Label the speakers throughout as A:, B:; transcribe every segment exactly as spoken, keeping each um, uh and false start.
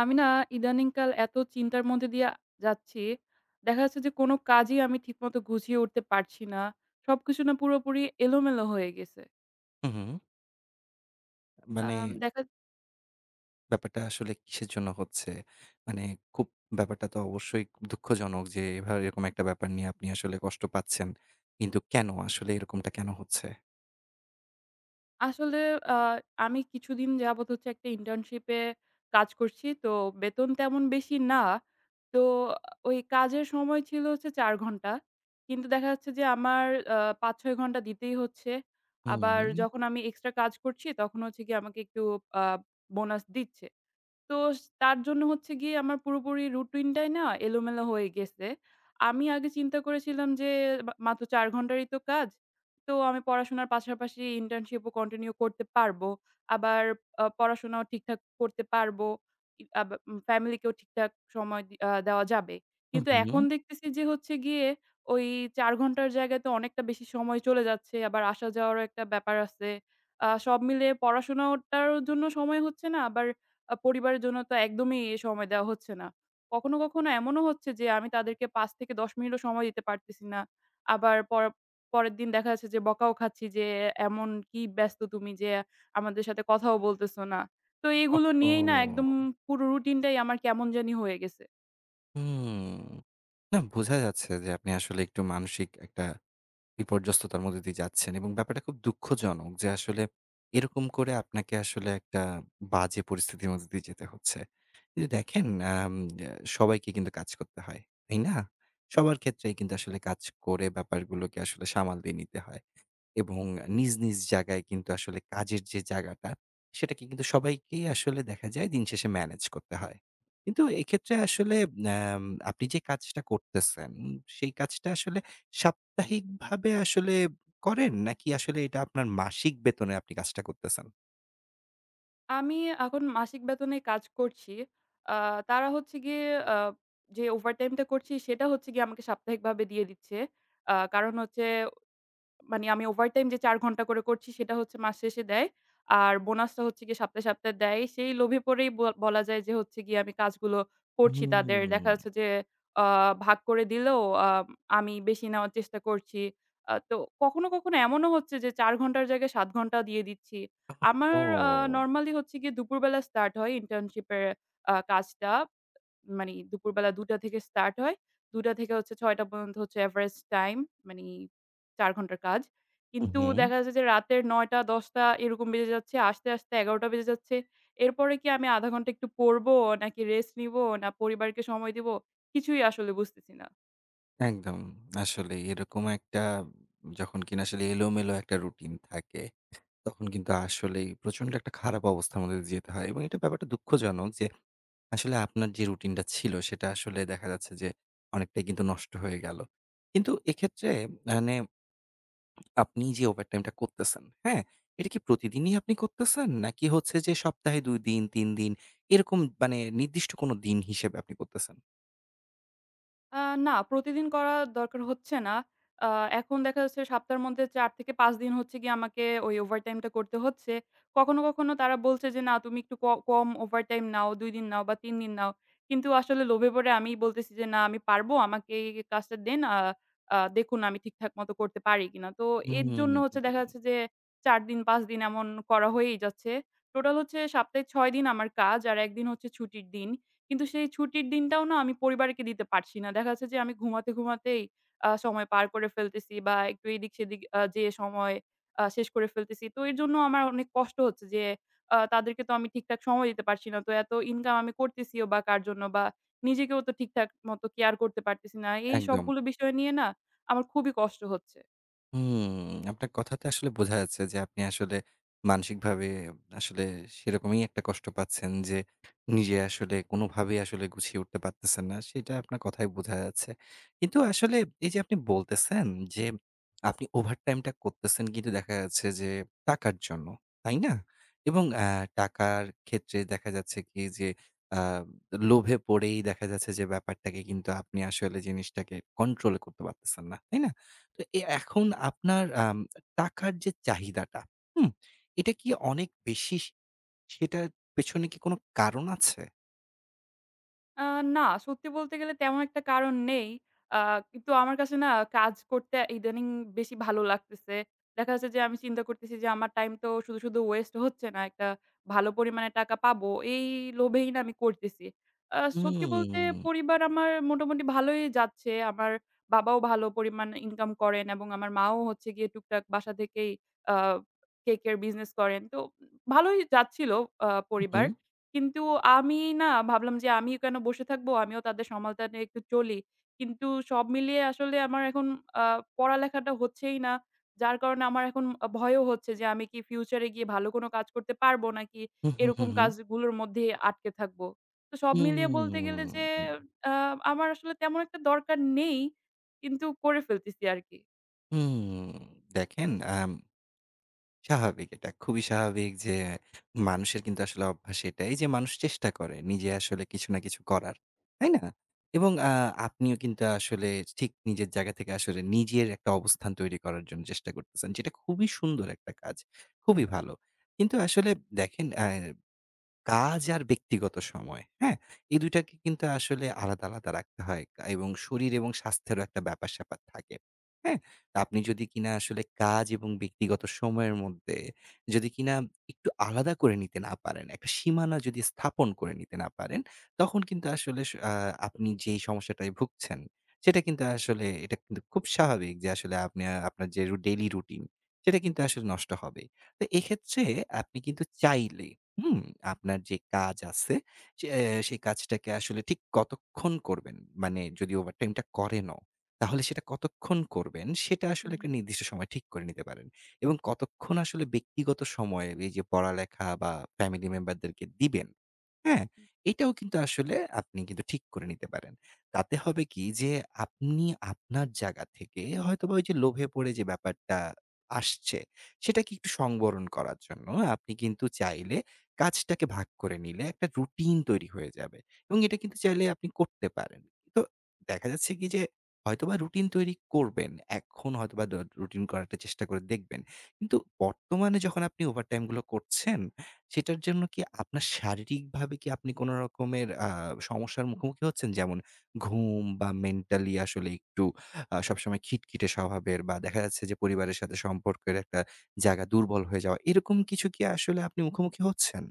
A: আমি না ইদানিংকাল এত চিন্তার মধ্যে দিয়ে যাচ্ছি। দেখা যাচ্ছে যে কোনো কাজই আমি ঠিকমতো গুছিয়ে উঠতে পারছি না। সবকিছু না পুরোপুরি এলোমেলো হয়ে গেছে।
B: হুম, হুম। মানে
A: আম দেখা
B: ব্যাপারটা আসলে কিসের জন্য হচ্ছে? মানে খুব ব্যাপারটা তো অবশ্যই খুব দুঃখজনক যে এভাবে এরকম একটা ব্যাপার নিয়ে আপনি আসলে কষ্ট পাচ্ছেন। কিন্তু কেন? আসলে এরকমটা কেন হচ্ছে?
A: আসলে আ আমি কিছুদিন যাবত হচ্ছে একটা ইন্টার্নশিপে কাজ করছি। তো বেতন তেমন বেশি না। তো ওই কাজের সময় ছিল হচ্ছে চার ঘন্টা। কিন্তু দেখা যাচ্ছে যে আমার আ পাঁচ ছয় ঘন্টা দিতেই হচ্ছে।
B: হুম,
A: আবার
B: হুম,
A: যখন আমি এক্সট্রা কাজ করছি তখন হচ্ছে গিয়ে আমাকে একটু আ বোনাস দিচ্ছে। তো স তার জন্য হচ্ছে গিয়ে আমার পুরোপুরি রুটিনটাই না এলোমেলো হয়ে গেছে। আমি আগে চিন্তা করেছিলাম যে মা মাত্র চার ঘন্টারই তো কাজ। তো আমি পড়াশোনার পাশাপাশি ইন্টার্নশিপও কন্টিনিউ করতে পারবো। আবার আ পড়াশোনাও ঠিকঠাক করতে পারবো। ই আব উম ফ্যামিলিকেও ঠিকঠাক সময় দি আ দেওয়া যাবে। কিন্তু
B: হুম।
A: এখন দেখতেছি যে হচ্ছে গিয়ে ওই চার ঘন্টার জায়গায় তো অনেকটা বেশি সময় চলে যাচ্ছে। আবার আসা যাওয়ারও একটা ব্যাপার আছে। আ সব মিলিয়ে পড়াশোনাটার জন্য সময় হচ্ছে না, আবার আ পরিবারের জন্য তো একদমই এ সময় দেওয়া হচ্ছে না। কখনো, কখনো এমনও হচ্ছে যে আমি তাদেরকে পাঁচ থেকে দশ মিনিটও সময় দিতে পারতেছি না। আবার পর পরের দিন দেখা যাচ্ছে যে বকাও খাচ্ছি যে, "এমন কি ব্যস্ত তুমি যে আমাদের সাথে কথাও বলতেছো না?" তো এগুলো নিয়েই না একদম
B: ওহহো!
A: পুরো রুটিনটাই আমার কেমন জানি হয়ে গেছে।
B: হুম। না বোঝা যাচ্ছে যে আপনি আসলে একটু মানসিক একটা বিপর্যস্ততার মধ্যে দিয়ে যাচ্ছেন এবং ব্যাপারটা খুব দুঃখজনক যে আসলে এরকম করে আপনাকে আসলে একটা বাজে পরিস্থিতির মধ্যে দিয়ে যেতে হচ্ছে। কিন্তু দেখেন, আম আ সবাইকে কিন্তু কাজ করতে হয়, তাই না? সবার ক্ষেত্রেই কিন্তু আসলে কাজ করে ব্যাপারগুলোকে আসলে সামাল দিয়ে নিতে হয়। এবং নিজ, নিজ জায়গায় কিন্তু আসলে কাজের যে জায়গাটা, সেটাকে কিন্তু সবাইকেই আসলে দেখা যায় দিন শেষে ম্যানেজ করতে হয়। কিন্তু এক্ষেত্রে আসলে আম আপনি যে কাজটা করতেছেন, সেই কাজটা আসলে সাপ্তাহিকভাবে আসলে করেন? নাকি আসলে এটা আপনার মাসিক বেতনে আপনি কাজটা করতেছেন?
A: আমি এখন মাসিক বেতনে কাজ করছি। আ তারা হচ্ছে গিয়ে আ যে ওভারটাইমটা করছি সেটা হচ্ছে গিয়ে আমাকে সাপ্তাহিকভাবে দিয়ে দিচ্ছে। আ কারণ হচ্ছে মানে আমি ওভারটাইম যে চার ঘন্টা করে করছি সেটা হচ্ছে মাস শেষে দেয়। আর বোনাসটা হচ্ছে গিয়ে সপ্তাহে, সপ্তাহে দেয়। সেই লোভে পড়েই ব বলা যায় যে হচ্ছে গিয়ে আমি কাজগুলো করছি
B: হুম।
A: তাদের। দেখা যাচ্ছে যে আ ভাগ করে দিলেও আ আমি বেশি নেওয়ার চেষ্টা করছি। আ তো কখনো, কখনো এমনও হচ্ছে যে চার ঘন্টার জায়গায় সাত ঘন্টা দিয়ে দিচ্ছি। আমার আ
B: ও!
A: নরমালি হচ্ছে গিয়ে দুপুরবেলা স্টার্ট হয় ইন্টার্নশিপের আ কাজটা। মানি দুপুরবেলা দুইটা থেকে স্টার্ট হয়। দুইটা থেকে হচ্ছে ছয়টা পর্যন্ত হচ্ছে এভারেজ টাইম মানি চার ঘন্টার কাজ। কিন্তু
B: উহুম।
A: দেখা যাচ্ছে যে রাতের নয়টা দশটা এরকম বেজে যাচ্ছে। আসতে, আসতে এগারোটা বেজে যাচ্ছে। এরপরে কি আমি শূন্য দশমিক পাঁচ ঘন্টা একটু পড়বো নাকি রেস্ট নিবো না পরিবারকে সময় দিবো? কিছুই আসলে বুঝতেছি না।
B: একদম। আসলে এরকম একটা, যখন কিনা আসলে এলোমেলো একটা রুটিন থাকে, তখন কিন্তু আসলেই প্রচন্ড একটা খারাপ অবস্থার মধ্যে দিয়ে যেতে হয় এবং এটা ব্যাপারটা দুঃখজনক যে আসলে আপনার যে রুটিনটা ছিল সেটা আসলে দেখা যাচ্ছে যে অনেকটাই কিন্তু নষ্ট হয়ে গেল। কিন্তু এক্ষেত্রে, মানে, আপনি যে ওভারটাইমটা করতেছেন, হ্যাঁ? এটা কি প্রতিদিনই আপনি করতেছেন? নাকি হচ্ছে যে সপ্তাহে দুই দিন, তিন দিন এরকম মানে নির্দিষ্ট কোনো দিন হিসেবে আপনি করতেছেন?
A: আ না, প্রতিদিন করা দরকার হচ্ছে না। আ এখন দেখা যাচ্ছে সপ্তাহের মধ্যে চার থেকে পাঁচ দিন হচ্ছে গিয়ে আমাকে ওই ওভারটাইমটা করতে হচ্ছে। কখনো, কখনো তারা বলছে যে, "না, তুমি একটু ক কম ওভারটাইম নাও, দুই দিন নাও বা তিন দিন নাও।" কিন্তু আসলে লোভে পড়ে আমি বলতেছি যে, "না, আমি পারবো। আমাকে এই, এই কাজটা দেন। আ আ দেখুন আমি ঠিকঠাক মতো করতে পারি কিনা।" তো এর
B: হুম,
A: জন্য হচ্ছে দেখা যাচ্ছে যে চার দিন, পাঁচ দিন এমন করা হয়েই যাচ্ছে। টোটাল হচ্ছে সপ্তাহে ছয় দিন আমার কাজ আর এক দিন হচ্ছে ছুটির দিন। কিন্তু সেই ছুটির দিনটাও না আমি পরিবারকে দিতে পারছি না। দেখা যাচ্ছে যে আমি ঘুমাতে, ঘুমাতেই আ সময় পার করে ফেলতেছি বা একটু এদিক-সেদিক আ যেয়ে সময় আ শেষ করে ফেলতেছি। তো এর জন্য আমার অনেক কষ্ট হচ্ছে যে আ তাদেরকে তো আমি ঠিকঠাক সময় দিতে পারছি না। তো এত ইনকাম আমি করতেছিও বা কার জন্য বা নিজেকেও তো ঠিকঠাক মতো কেয়ার করতে পারতেছি না। এই
B: একদম।
A: সবগুলো বিষয় নিয়ে না আমার খুবই কষ্ট হচ্ছে।
B: হুম, আপনার কথাতে আসলে বোঝা যাচ্ছে যে আপনি আসলে মানসিকভাবে আসলে সেরকমই একটা কষ্ট পাচ্ছেন যে নিজে আসলে কোনোভাবেই আসলে গুছিয়ে উঠতে পারতেছেন না। সেটা আপনার কথায় বোঝা যাচ্ছে। কিন্তু আসলে এই যে আপনি বলতেছেন যে আপনি ওভারটাইমটা করতেছেন, কিন্তু দেখা যাচ্ছে যে টাকার জন্য, তাই না? এবং আ টাকার ক্ষেত্রে দেখা যাচ্ছে কি যে আ লোভে পড়েই দেখা যাচ্ছে যে ব্যাপারটাকে কিন্তু আপনি আসলে জিনিসটাকে কন্ট্রোল করতে পারতেছেন না, তাই না? তো এ এখন আপনার আম টাকার যে চাহিদাটা, হুম? এটা কি অনেক বেশি? সে সেটার পেছনে কি কোনো কারণ আছে?
A: আ না, সত্যি বলতে গেলে তেমন একটা কারণ নেই। আ কিন্তু আমার কাছে না কাজ করতে ইদানিং বেশি ভালো লাগতেছে। দেখা যাচ্ছে যে আমি চিন্তা করতেছি যে আমার টাইম তো শুধু, শুধু ওয়েস্ট হচ্ছে না। একটা ভালো পরিমাণে টাকা পাবো। এই লোভেই না আমি করতেছি। আ সত্যি বলতে
B: হুম,
A: পরিবার আমার মোটামুটি ভালোই যাচ্ছে। আমার বাবাও ভালো পরিমাণ ইনকাম করেন এবং আমার মাও হচ্ছে গিয়ে টুকটাক বাসা থেকেই আ কেকের বিজনেস করেন। তো ভালোই যাচ্ছিল আ
B: উহু,
A: পরিবার। কিন্তু আমি না ভাবলাম যে আমিও কেন বসে থাকবো? আমিও তাদের সমালতানে একটু চলি। কিন্তু সব মিলিয়ে আসলে আমার এখন আ পড়ালেখাটা হচ্ছেই না। যার কারণে আমার এখন আ ভয়ও হচ্ছে যে আমি কি ফিউচারে গিয়ে ভালো কোনো কাজ করতে পারবো নাকি
B: হু, হু, হু,
A: এরকম
B: হু।
A: কাজগুলোর মধ্যেই আটকে থাকবো। তো সব
B: হুম,
A: মিলিয়ে বলতে গেলে যে আ আমার আসলে তেমন একটা দরকার নেই। কিন্তু করে ফেলতেছি আরকি।
B: হুম। দেখেন, আম স্বাভাবিক এটা। খুবই স্বাভাবিক যে মানুষের কিন্তু আসলে অভ্যাস এটাই যে মানুষ চেষ্টা করে নিজে আসলে কিছু না কিছু করার। তাই না? এবং আ আপনিও কিন্তু আসলে ঠিক নিজের জায়গা থেকে আসলে নিজের একটা অবস্থান তৈরি করার জন্য চেষ্টা করতেছেন, যেটা খুবই সুন্দর একটা কাজ। খুবই ভালো। কিন্তু আসলে দেখেন, অ্যা কাজ আর ব্যক্তিগত সময়, হ্যাঁ? এই দুই টাকে কিন্তু আসলে আলাদা, আলাদা রাখতে হয় কা এবং শরীর এবং স্বাস্থ্যেরও একটা ব্যাপার-স্যাপার থাকে, হ্যাঁ? তা আপনি যদি কিনা আসলে কাজ এবং ব্যক্তিগত সময়ের মধ্যে যদি কিনা একটু আলাদা করে নিতে না পারেন, একটা সীমানা যদি স্থাপন করে নিতে না পারেন, তখন কিন্তু আসলে স আ আপনি যেই সমস্যাটায় ভুগছেন, সেটা কিন্তু আসলে, এটা কিন্তু খুব স্বাভাবিক যে আসলে আপনি আ আপনার যে রু ডেইলি রুটিন, সেটা কিন্তু আসলে নষ্ট হবেই। তো এক্ষেত্রে আপনি কিন্তু চাইলে, হুম, আপনার যে কাজ আছে সে আহ, সেই কাজটাকে আসলে ঠিক কতক্ষণ করবেন? মানে যদি ওভারটাইমটা করেনও, তাহলে সেটা কতক্ষণ করবেন সেটা আসলে একটা
A: হুম।
B: নির্দিষ্ট সময় ঠিক করে নিতে পারেন। এবং কতক্ষণ আসলে ব্যক্তিগত সময়ে এই যে পড়ালেখা বা ফ্যামিলি মেম্বারদেরকে দিবেন, হ্যাঁ? এটাও কিন্তু আসলে আপনি কিন্তু ঠিক করে নিতে পারেন। তাতে হবে কি যে আপনি আপনার জায়গা থেকে হয়তোবা ওই যে লোভে পড়ে যে ব্যাপারটা আসছে, সেটাকে একটু সংবরণ করার জন্য আপনি কিন্তু চাইলে কাজটাকে ভাগ করে নিলে একটা রুটিন তৈরি হয়ে যাবে এবং এটা কিন্তু চাইলে আপনি করতে পারেন। তো দেখা যাচ্ছে কি যে হয়তোবা রুটিন তৈরি করবেন। এখন হয়তোবা দ রুটিন করাটা চেষ্টা করে দেখবেন। কিন্তু বর্তমানে যখন আপনি ওভারটাইম গুলো করছেন, সেটার জন্য কি আপনার শারীরিকভাবে কি আপনি কোন রকমের আ সমস্যার মুখোমুখি হচ্ছেন? যেমন ঘুম বা মেন্টালি আসলে একটু আ সবসময় খিটখিটে স্বভাবের, বা দেখা যাচ্ছে যে পরিবারের সাথে সম্পর্কের একটা জায়গা দুর্বল হয়ে যাওয়া। এরকম কিছু কি আসলে আপনি মুখোমুখি হচ্ছেন?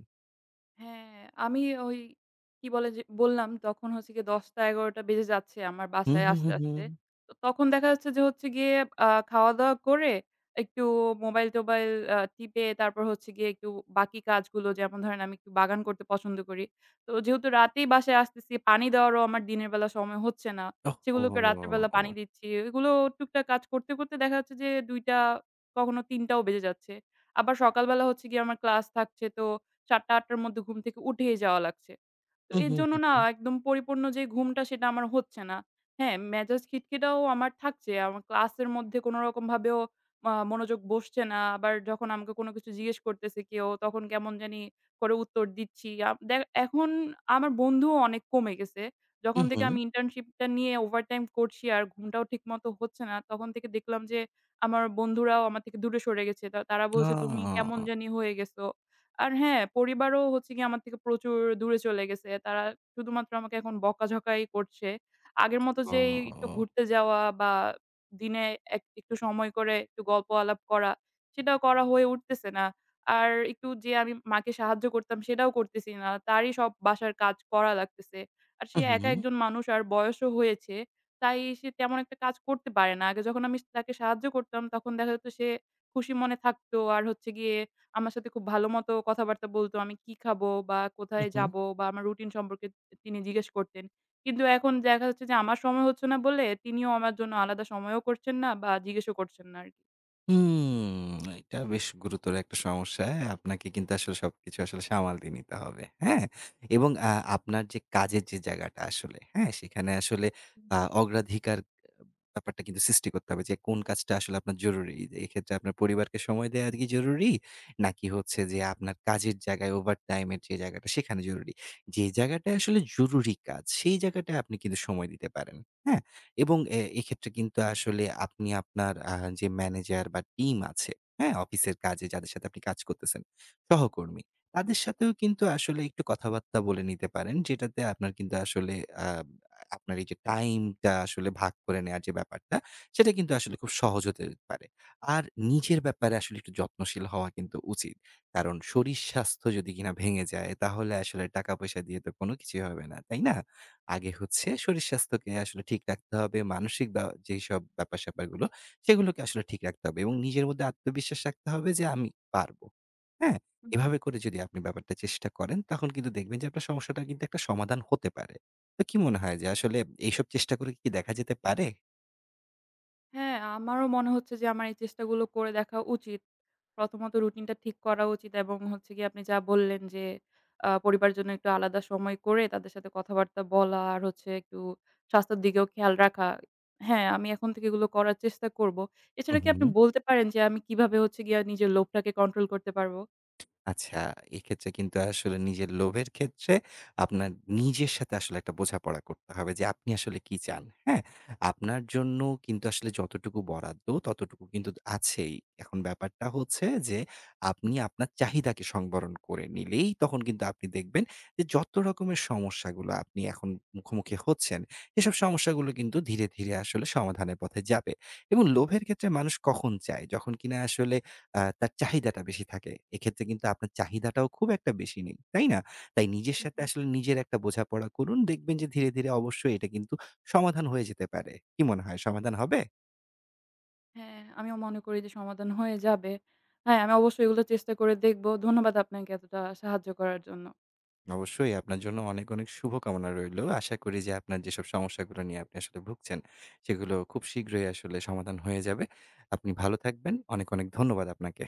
A: হ্যাঁ, আমি ওই কি বলে যে বললাম তখন হচ্ছে গিয়ে দশটা এগারোটা বেজে যাচ্ছে আমার
B: হুম,
A: বাসায়
B: হুম,
A: আসতে,
B: হুম, হুম।
A: আসতে। তো তখন দেখা যাচ্ছে যে হচ্ছে গিয়ে আ খাওয়া-দাওয়া করে একটু মোবাইল-টোবাইল আ টিপে তারপর হচ্ছে গিয়ে একটু বাকি কাজগুলো যেমন ধরেন আমি একটু বাগান করতে পছন্দ করি। তো যেহেতু রাতেই বাসায় আসতেছি পানি দেওয়ারও আমার দিনের বেলা সময় হচ্ছে না। সেগুলোকে রাতের বেলা
B: ওহহো!
A: পানি দিচ্ছি। এগুলো টুকটাক কাজ করতে, করতে দেখা যাচ্ছে যে দুইটা কখনো তিনটাও বেজে যাচ্ছে। আবার সকালবেলা হচ্ছে গিয়ে আমার ক্লাস থাকছে তো সাতটা থেকে আটটা র মধ্যে ঘুম থেকে উঠেই যাওয়া লাগছে। তো
B: হুম,
A: এর
B: হুম,
A: জন্য
B: হুম,
A: না
B: হুম,
A: একদম পরিপূর্ণ যে ঘুমটা সেটা আমার হচ্ছে না। হ্যাঁ, মেজাজ খিটখিটাও আমার থাকছে। আমার ক্লাসের মধ্যে কোনরকমভাবেও আ মনোযোগ বসছে না। আবার যখন আমাকে কোনো কিছু জিজ্ঞেস করতেছে কেউ তখন কেমন জানি করে উত্তর দিচ্ছি। আ দেখ এখন আমার বন্ধুও অনেক কমে গেছে। যখন
B: হুম,
A: থেকে
B: হুম।
A: আমি ইন্টার্নশিপটা নিয়ে ওভারটাইম করছি আর ঘুমটাও ঠিকমতো হচ্ছে না, তখন থেকে দেখলাম যে আমার বন্ধুরাও আমার থেকে দূরে সরে গেছে। তা তারা বলছে, "তুমি
B: ওহ!
A: কেমন জানি হয়ে গেছো।" আর হ্যাঁ, পরিবারও হচ্ছে গিয়ে আমার থেকে প্রচুর দূরে চলে গেছে। তারা শুধুমাত্র আমাকে এখন বকাঝকাই করছে। আগের মতো যে এই একটু ঘুরতে যাওয়া বা দিনে এক একটু সময় করে একটু গল্প আলাপ করা, সেটাও করা হয়ে উঠতেছে না। আর একটু যে আমি মাকে সাহায্য করতাম সেটাও করতেছি না। তারই সব বাসার কাজ করা লাগতেছে। আর সে
B: হুম,
A: একা
B: হুম,
A: একজন মানুষ আর বয়সও হয়েছে। তাই সে তেমন একটা কাজ করতে পারে না। আগে যখন আমি তাকে সাহায্য করতাম তখন দেখা যেত সে খুশি মনে থাকতো আর হচ্ছে গিয়ে আমার সাথে খুব ভালো মতো কথাবার্তা বলতো। আমি কি খাবো বা
B: হুম,
A: কোথায়
B: হুম।
A: যাবো বা আমার রুটিন সম্পর্কে তিনি জিজ্ঞেস করতেন। কিন্তু এখন দেখা যাচ্ছে যে আমার সময় হচ্ছে না বলে তিনিও আমার জন্য আলাদা সময়ও করছেন না বা জিজ্ঞেসও করছেন না
B: হুম, এটা বেশ গুরুতর একটা সমস্যা। আপনাকে কিন্তু আসলে সবকিছু আসলে সামাল দিয়ে নিতে হবে। হ্যাঁ? এবং আ আপনার যে কাজের যে জায়গাটা আসলে, হ্যাঁ? সেখানে আসলে আ অগ্রাধিকার ব্যাপারটা কিন্তু সৃষ্টি করতে হবে যে কোন কাজটা আসলে আপনার জরুরি। এক্ষেত্রে আপনার পরিবারকে সময় দেয়া কি জরুরি? নাকি হচ্ছে যে আপনার কাজের জায়গায় ওভারটাইম এর যে জায়গাটা সেখানে জরুরি। যে জায়গাটায় আসলে জরুরি কাজ সেই জায়গাটায় আপনি কিন্তু সময় দিতে পারেন। হ্যাঁ? এবং এ এক্ষেত্রে কিন্তু আসলে আপনি আপনার আ যে ম্যানেজার বা টিম আছে, হ্যাঁ? অফিসের কাজে যাদের সাথে আপনি কাজ করতেছেন, সহকর্মী। তাদের সাথেও কিন্তু আসলে একটু কথাবার্তা বলে নিতে পারেন। যেটাতে আপনার কিন্তু আসলে আ আপনার এই যে টাইমটা আসলে ভাগ করে নেওয়ার যে ব্যাপারটা, সেটা কিন্তু আসলে খুব সহজ হতে পারে। আর নিজের ব্যাপারে আসলে একটু যত্নশীল হওয়া কিন্তু উচিত। কারণ শরীর স্বাস্থ্য যদি কিনা ভেঙে যায়, তাহলে আসলে টাকা-পয়সা দিয়ে তো কোনো কিছুই হবে না, তাই না? আগে হচ্ছে শরীর স্বাস্থ্যকে আসলে ঠিক রাখতে হবে। মানসিক বা যেইসব ব্যাপার-স্যাপারগুলো, সেগুলোকে আসলে ঠিক রাখতে হবে এবং নিজের মধ্যে আত্মবিশ্বাস রাখতে হবে যে, "আমি পারবো।" হ্যাঁ?
A: আরকি।
B: এভাবে করে যদি আপনি ব্যাপারটা চেষ্টা করেন, তখন কিন্তু দেখবেন যে আপনার সমস্যাটার কিন্তু একটা সমাধান হতে পারে। তো কি মনে হয় যে আসলে এইসব চেষ্টা করে কি দেখা যেতে পারে?
A: হ্যাঁ, আমারও মনে হচ্ছে যে আমার এই চেষ্টাগুলো করে দেখা উচিত। প্রথমত রুটিনটা ঠিক করা উচিত এবং হচ্ছে গিয়ে আপনি যা বললেন যে আ পরিবারের জন্য একটু আলাদা সময় করে তাদের সাথে কথাবার্তা বলা আর হচ্ছে একটু স্বাস্থ্যের দিকেও খেয়াল রাখা। হ্যাঁ, আমি এখন থেকে এগুলো করার চেষ্টা করব।
B: হুম,
A: এছাড়া কি
B: হুম।
A: আপনি বলতে পারেন যে আমি কিভাবে হচ্ছে গিয়ে নিজের লোভটাকে কন্ট্রোল করতে পারবো?
B: আচ্ছা, এক্ষেত্রে কিন্তু আসলে নিজের লোভের ক্ষেত্রে আপনার নিজের সাথে আসলে একটা বোঝাপড়া করতে হবে যে আপনি আসলে কি চান, হ্যাঁ? আপনার জন্য কিন্তু আসলে যতটুকু বরাদ্দ ততটুকু কিন্তু আছেই। এখন ব্যাপারটা হচ্ছে যে আপনি আপনার চাহিদাকে সংবরণ করে নিলেই তখন কিন্তু আপনি দেখবেন যে যত রকমের সমস্যাগুলো আপনি এখন মুখোমুখি হচ্ছেন, এসব সমস্যাগুলো কিন্তু ধীরে, ধীরে আসলে সমাধানের পথে যাবে এবং লোভের ক্ষেত্রে মানুষ কখন চায়? যখন কিনা আসলে আ তার চাহিদাটা বেশি থাকে। এক্ষেত্রে কিন্তু আপনার চাহিদাটাও খুব একটা বেশি নেই, তাই না? তাই নিজের
A: হুম,
B: সাথে
A: হুম।
B: আসলে নিজের একটা বোঝাপড়া করুন। দেখবেন যে ধীরে, ধীরে অবশ্যই এটা কিন্তু সমাধান হয়ে যেতে পারে। কি মনে হয়, সমাধান হবে?
A: হ্যাঁ, আমিও মনে করি যে সমাধান হয়ে যাবে। হ্যাঁ, আমি অবশ্যই এগুলো চেষ্টা করে দেখব। ধন্যবাদ আপনাকে এতটা সাহায্য করার জন্য।
B: অবশ্যই আপনার জন্য অনেক, অনেক শুভকামনা রইলো। আশা করি যে আপনার যেসব সমস্যাগুলো নিয়ে আপনি আসলে ভুগছেন, সেগুলো খুব শীঘ্রই আসলে সমাধান হয়ে যাবে। আপনি ভালো থাকবেন। অনেক, অনেক ধন্যবাদ আপনাকে।